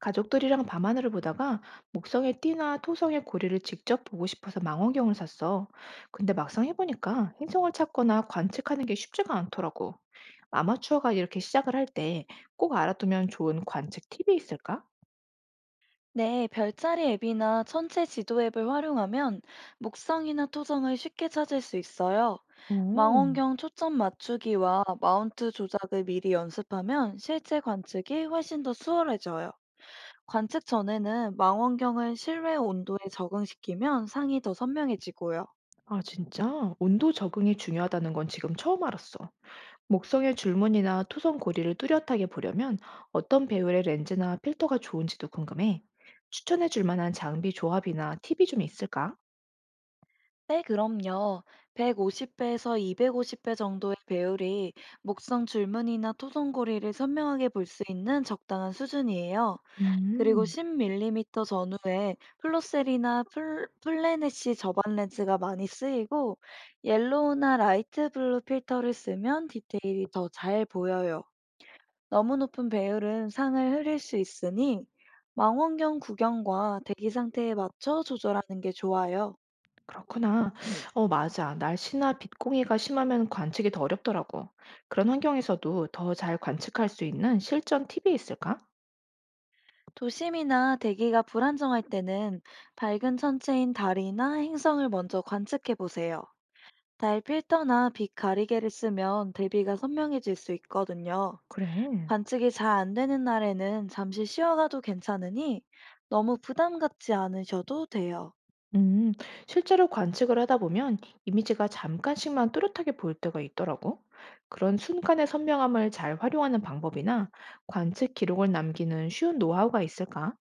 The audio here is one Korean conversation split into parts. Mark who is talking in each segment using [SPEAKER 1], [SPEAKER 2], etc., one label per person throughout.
[SPEAKER 1] 가족들이랑 밤하늘을 보다가 목성의 띠나 토성의 고리를 직접 보고 싶어서 망원경을 샀어. 근데 막상 해보니까 행성을 찾거나 관측하는 게 쉽지가 않더라고. 아마추어가 이렇게 시작을 할 때 꼭 알아두면 좋은 관측 팁이 있을까?
[SPEAKER 2] 네, 별자리 앱이나 천체 지도 앱을 활용하면 목성이나 토성을 쉽게 찾을 수 있어요.
[SPEAKER 1] 오,
[SPEAKER 2] 망원경 초점 맞추기와 마운트 조작을 미리 연습하면 실제 관측이 훨씬 더 수월해져요. 관측 전에는 망원경을 실외 온도에 적응시키면 상이 더 선명해지고요.
[SPEAKER 1] 아, 진짜? 온도 적응이 중요하다는 건 지금 처음 알았어. 목성의 줄무늬나 토성 고리를 뚜렷하게 보려면 어떤 배율의 렌즈나 필터가 좋은지도 궁금해. 추천해 줄 만한 장비 조합이나 팁이 좀 있을까?
[SPEAKER 2] 네, 그럼요. 150배에서 250배 정도의 배율이 목성 줄무늬나 토성고리를 선명하게 볼 수 있는 적당한 수준이에요. 그리고
[SPEAKER 1] 음.
[SPEAKER 2] 10 mm 전후에 플로셀이나 플래넷시 저반 렌즈가 많이 쓰이고 옐로우나 라이트 블루 필터를 쓰면 디테일이 더 잘 보여요. 너무 높은 배율은 상을 흐릴 수 있으니 망원경 구경과 대기 상태에 맞춰 조절하는 게 좋아요.
[SPEAKER 1] 그렇구나. 네. 어 맞아. 날씨나 빛공이가 심하면 관측이 더 어렵더라고. 그런 환경에서도 더 잘 관측할 수 있는 실전 팁이 있을까?
[SPEAKER 2] 도심이나 대기가 불안정할 때는 밝은 천체인 달이나 행성을 먼저 관측해 보세요. 달 필터나 빛 가리개를 쓰면 대비가 선명해질 수 있거든요.
[SPEAKER 1] 그래.
[SPEAKER 2] 관측이 잘 안 되는 날에는 잠시 쉬어가도 괜찮으니 너무 부담 갖지 않으셔도 돼요.
[SPEAKER 1] 음. 실제로 관측을 하다 보면 이미지가 잠깐씩만 또렷하게 보일 때가 있더라고. 그런 순간의 선명함을 잘 활용하는 방법이나 관측 기록을 남기는 쉬운 노하우가 있을까?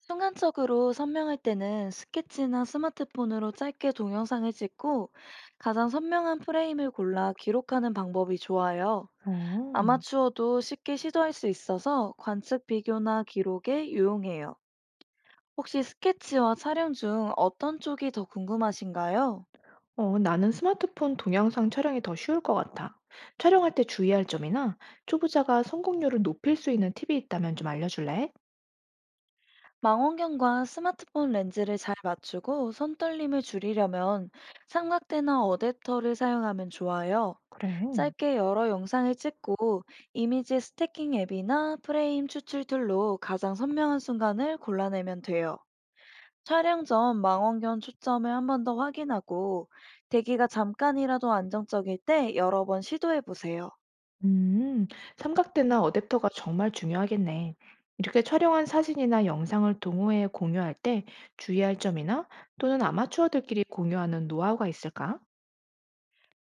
[SPEAKER 2] 순간적으로 선명할 때는 스케치나 스마트폰으로 짧게 동영상을 찍고 가장 선명한 프레임을 골라 기록하는 방법이 좋아요.
[SPEAKER 1] 어.
[SPEAKER 2] 아마추어도 쉽게 시도할 수 있어서 관측 비교나 기록에 유용해요. 혹시 스케치와 촬영 중 어떤 쪽이 더 궁금하신가요?
[SPEAKER 1] 어, 나는 스마트폰 동영상 촬영이 더 쉬울 것 같아. 촬영할 때 주의할 점이나 초보자가 성공률을 높일 수 있는 팁이 있다면 좀 알려줄래?
[SPEAKER 2] 망원경과 스마트폰 렌즈를 잘 맞추고 손떨림을 줄이려면 삼각대나 어댑터를 사용하면 좋아요.
[SPEAKER 1] 그래.
[SPEAKER 2] 짧게 여러 영상을 찍고 이미지 스태킹 앱이나 프레임 추출 툴로 가장 선명한 순간을 골라내면 돼요. 촬영 전 망원경 초점을 한 번 더 확인하고 대기가 잠깐이라도 안정적일 때 여러 번 시도해 보세요.
[SPEAKER 1] 음, 삼각대나 어댑터가 정말 중요하겠네. 이렇게 촬영한 사진이나 영상을 동호회에 공유할 때 주의할 점이나 또는 아마추어들끼리 공유하는 노하우가 있을까?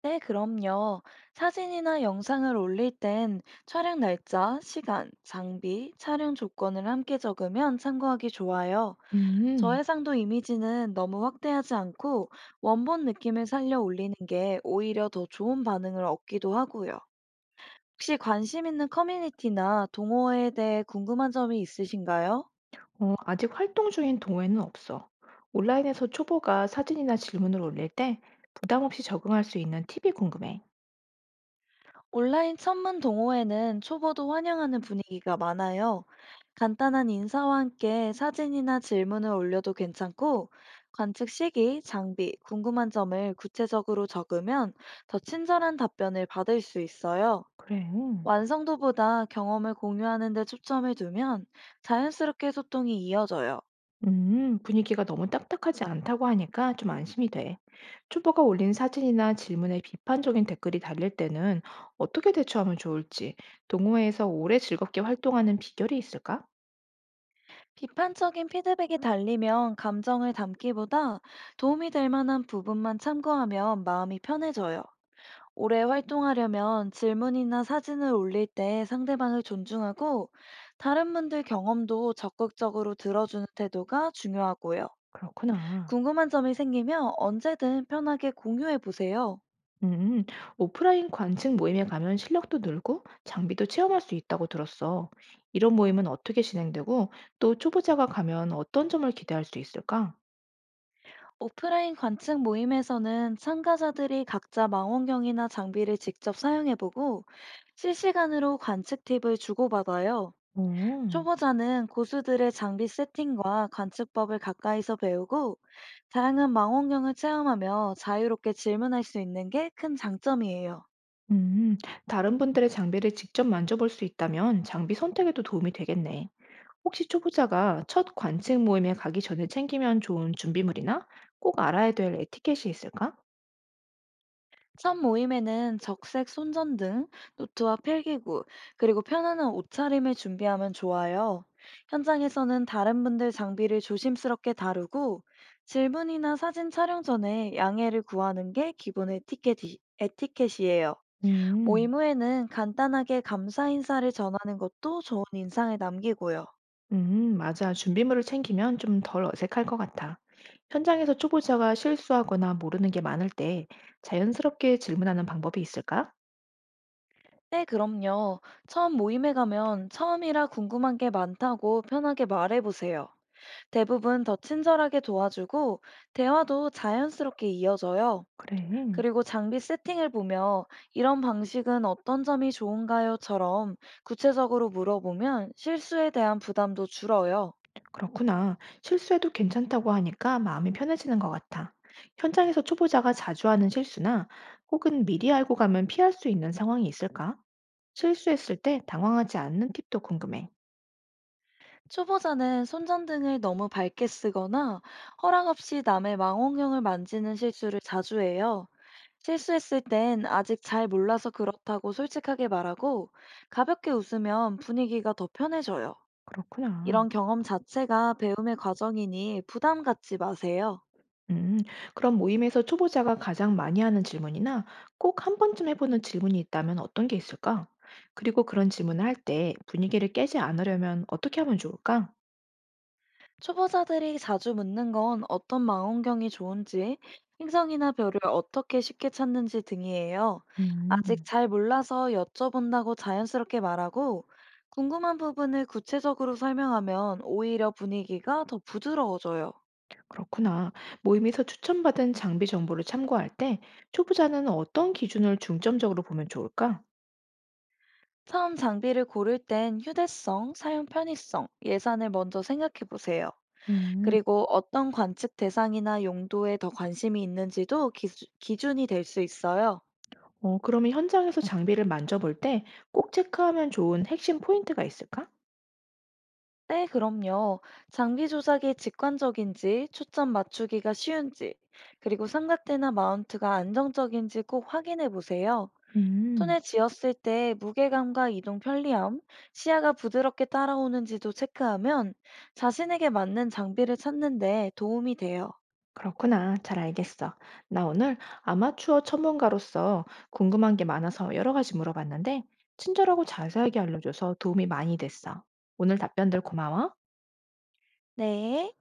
[SPEAKER 2] 네, 그럼요. 사진이나 영상을 올릴 땐 촬영 날짜, 시간, 장비, 촬영 조건을 함께 적으면 참고하기 좋아요.
[SPEAKER 1] 음,
[SPEAKER 2] 저해상도 이미지는 너무 확대하지 않고 원본 느낌을 살려 올리는 게 오히려 더 좋은 반응을 얻기도 하고요. 혹시 관심 있는 커뮤니티나 동호회에 대해 궁금한 점이 있으신가요?
[SPEAKER 1] 어, 아직 활동 중인 동호회는 없어. 온라인에서 초보가 사진이나 질문을 올릴 때 부담 없이 적응할 수 있는 팁이 궁금해.
[SPEAKER 2] 온라인 천문 동호회는 초보도 환영하는 분위기가 많아요. 간단한 인사와 함께 사진이나 질문을 올려도 괜찮고, 관측 시기, 장비, 궁금한 점을 구체적으로 적으면 더 친절한 답변을 받을 수 있어요.
[SPEAKER 1] 그래.
[SPEAKER 2] 완성도보다 경험을 공유하는 데 초점을 두면 자연스럽게 소통이 이어져요.
[SPEAKER 1] 분위기가 너무 딱딱하지 않다고 하니까 좀 안심이 돼. 초보가 올린 사진이나 질문에 비판적인 댓글이 달릴 때는 어떻게 대처하면 좋을지, 동호회에서 오래 즐겁게 활동하는 비결이 있을까?
[SPEAKER 2] 비판적인 피드백이 달리면 감정을 담기보다 도움이 될 만한 부분만 참고하면 마음이 편해져요. 오래 활동하려면 질문이나 사진을 올릴 때 상대방을 존중하고 다른 분들 경험도 적극적으로 들어주는 태도가 중요하고요.
[SPEAKER 1] 그렇구나.
[SPEAKER 2] 궁금한 점이 생기면 언제든 편하게 공유해 보세요.
[SPEAKER 1] 음, 오프라인 관측 모임에 가면 실력도 늘고 장비도 체험할 수 있다고 들었어. 이런 모임은 어떻게 진행되고 또 초보자가 가면 어떤 점을 기대할 수 있을까?
[SPEAKER 2] 오프라인 관측 모임에서는 참가자들이 각자 망원경이나 장비를 직접 사용해 보고 실시간으로 관측 팁을 주고받아요.
[SPEAKER 1] 어.
[SPEAKER 2] 초보자는 고수들의 장비 세팅과 관측법을 가까이서 배우고 다양한 망원경을 체험하며 자유롭게 질문할 수 있는 게 큰 장점이에요.
[SPEAKER 1] 음, 다른 분들의 장비를 직접 만져볼 수 있다면 장비 선택에도 도움이 되겠네. 혹시 초보자가 첫 관측 모임에 가기 전에 챙기면 좋은 준비물이나 꼭 알아야 될 에티켓이 있을까?
[SPEAKER 2] 첫 모임에는 적색 손전등, 노트와 필기구, 그리고 편안한 옷차림을 준비하면 좋아요. 현장에서는 다른 분들 장비를 조심스럽게 다루고 질문이나 사진 촬영 전에 양해를 구하는 게 기본 에티켓이에요.
[SPEAKER 1] 음,
[SPEAKER 2] 모임 후에는 간단하게 감사 인사를 전하는 것도 좋은 인상을 남기고요.
[SPEAKER 1] 맞아. 준비물을 챙기면 좀 덜 어색할 것 같아. 현장에서 초보자가 실수하거나 모르는 게 많을 때 자연스럽게 질문하는 방법이 있을까?
[SPEAKER 2] 네, 그럼요. 처음 모임에 가면 처음이라 궁금한 게 많다고 편하게 말해보세요. 대부분 더 친절하게 도와주고 대화도 자연스럽게 이어져요.
[SPEAKER 1] 그래.
[SPEAKER 2] 그리고 장비 세팅을 보며 이런 방식은 어떤 점이 좋은가요?처럼 구체적으로 물어보면 실수에 대한 부담도 줄어요.
[SPEAKER 1] 그렇구나. 실수해도 괜찮다고 하니까 마음이 편해지는 것 같아. 현장에서 초보자가 자주 하는 실수나 혹은 미리 알고 가면 피할 수 있는 상황이 있을까? 실수했을 때 당황하지 않는 팁도 궁금해.
[SPEAKER 2] 초보자는 손전등을 너무 밝게 쓰거나 허락 없이 남의 망원경을 만지는 실수를 자주 해요. 실수했을 땐 아직 잘 몰라서 그렇다고 솔직하게 말하고 가볍게 웃으면 분위기가 더 편해져요.
[SPEAKER 1] 그렇구나.
[SPEAKER 2] 이런 경험 자체가 배움의 과정이니 부담 갖지 마세요.
[SPEAKER 1] 음, 그럼 모임에서 초보자가 가장 많이 하는 질문이나 꼭 한 번쯤 해보는 질문이 있다면 어떤 게 있을까? 그리고 그런 질문을 할 때 분위기를 깨지 않으려면 어떻게 하면 좋을까?
[SPEAKER 2] 초보자들이 자주 묻는 건 어떤 망원경이 좋은지, 행성이나 별을 어떻게 쉽게 찾는지 등이에요. 아직
[SPEAKER 1] 음.
[SPEAKER 2] 잘 몰라서 여쭤본다고 자연스럽게 말하고, 궁금한 부분을 구체적으로 설명하면 오히려 분위기가 더 부드러워져요.
[SPEAKER 1] 그렇구나. 모임에서 추천받은 장비 정보를 참고할 때 초보자는 어떤 기준을 중점적으로 보면 좋을까?
[SPEAKER 2] 처음 장비를 고를 땐 휴대성, 사용 편의성, 예산을 먼저 생각해 보세요.
[SPEAKER 1] 음,
[SPEAKER 2] 그리고 어떤 관측 대상이나 용도에 더 관심이 있는지도 기준이 될 수 있어요.
[SPEAKER 1] 어, 그러면 현장에서 장비를 만져볼 때 꼭 체크하면 좋은 핵심 포인트가 있을까?
[SPEAKER 2] 네, 그럼요. 장비 조작이 직관적인지, 초점 맞추기가 쉬운지, 그리고 삼각대나 마운트가 안정적인지 꼭 확인해 보세요.
[SPEAKER 1] 음.
[SPEAKER 2] 손에 쥐었을 때 무게감과 이동 편리함, 시야가 부드럽게 따라오는지도 체크하면 자신에게 맞는 장비를 찾는 데 도움이 돼요.
[SPEAKER 1] 그렇구나. 잘 알겠어. 나 오늘 아마추어 전문가로서 궁금한 게 많아서 여러 가지 물어봤는데, 친절하고 자세하게 알려줘서 도움이 많이 됐어. 오늘 답변들 고마워.
[SPEAKER 2] 네.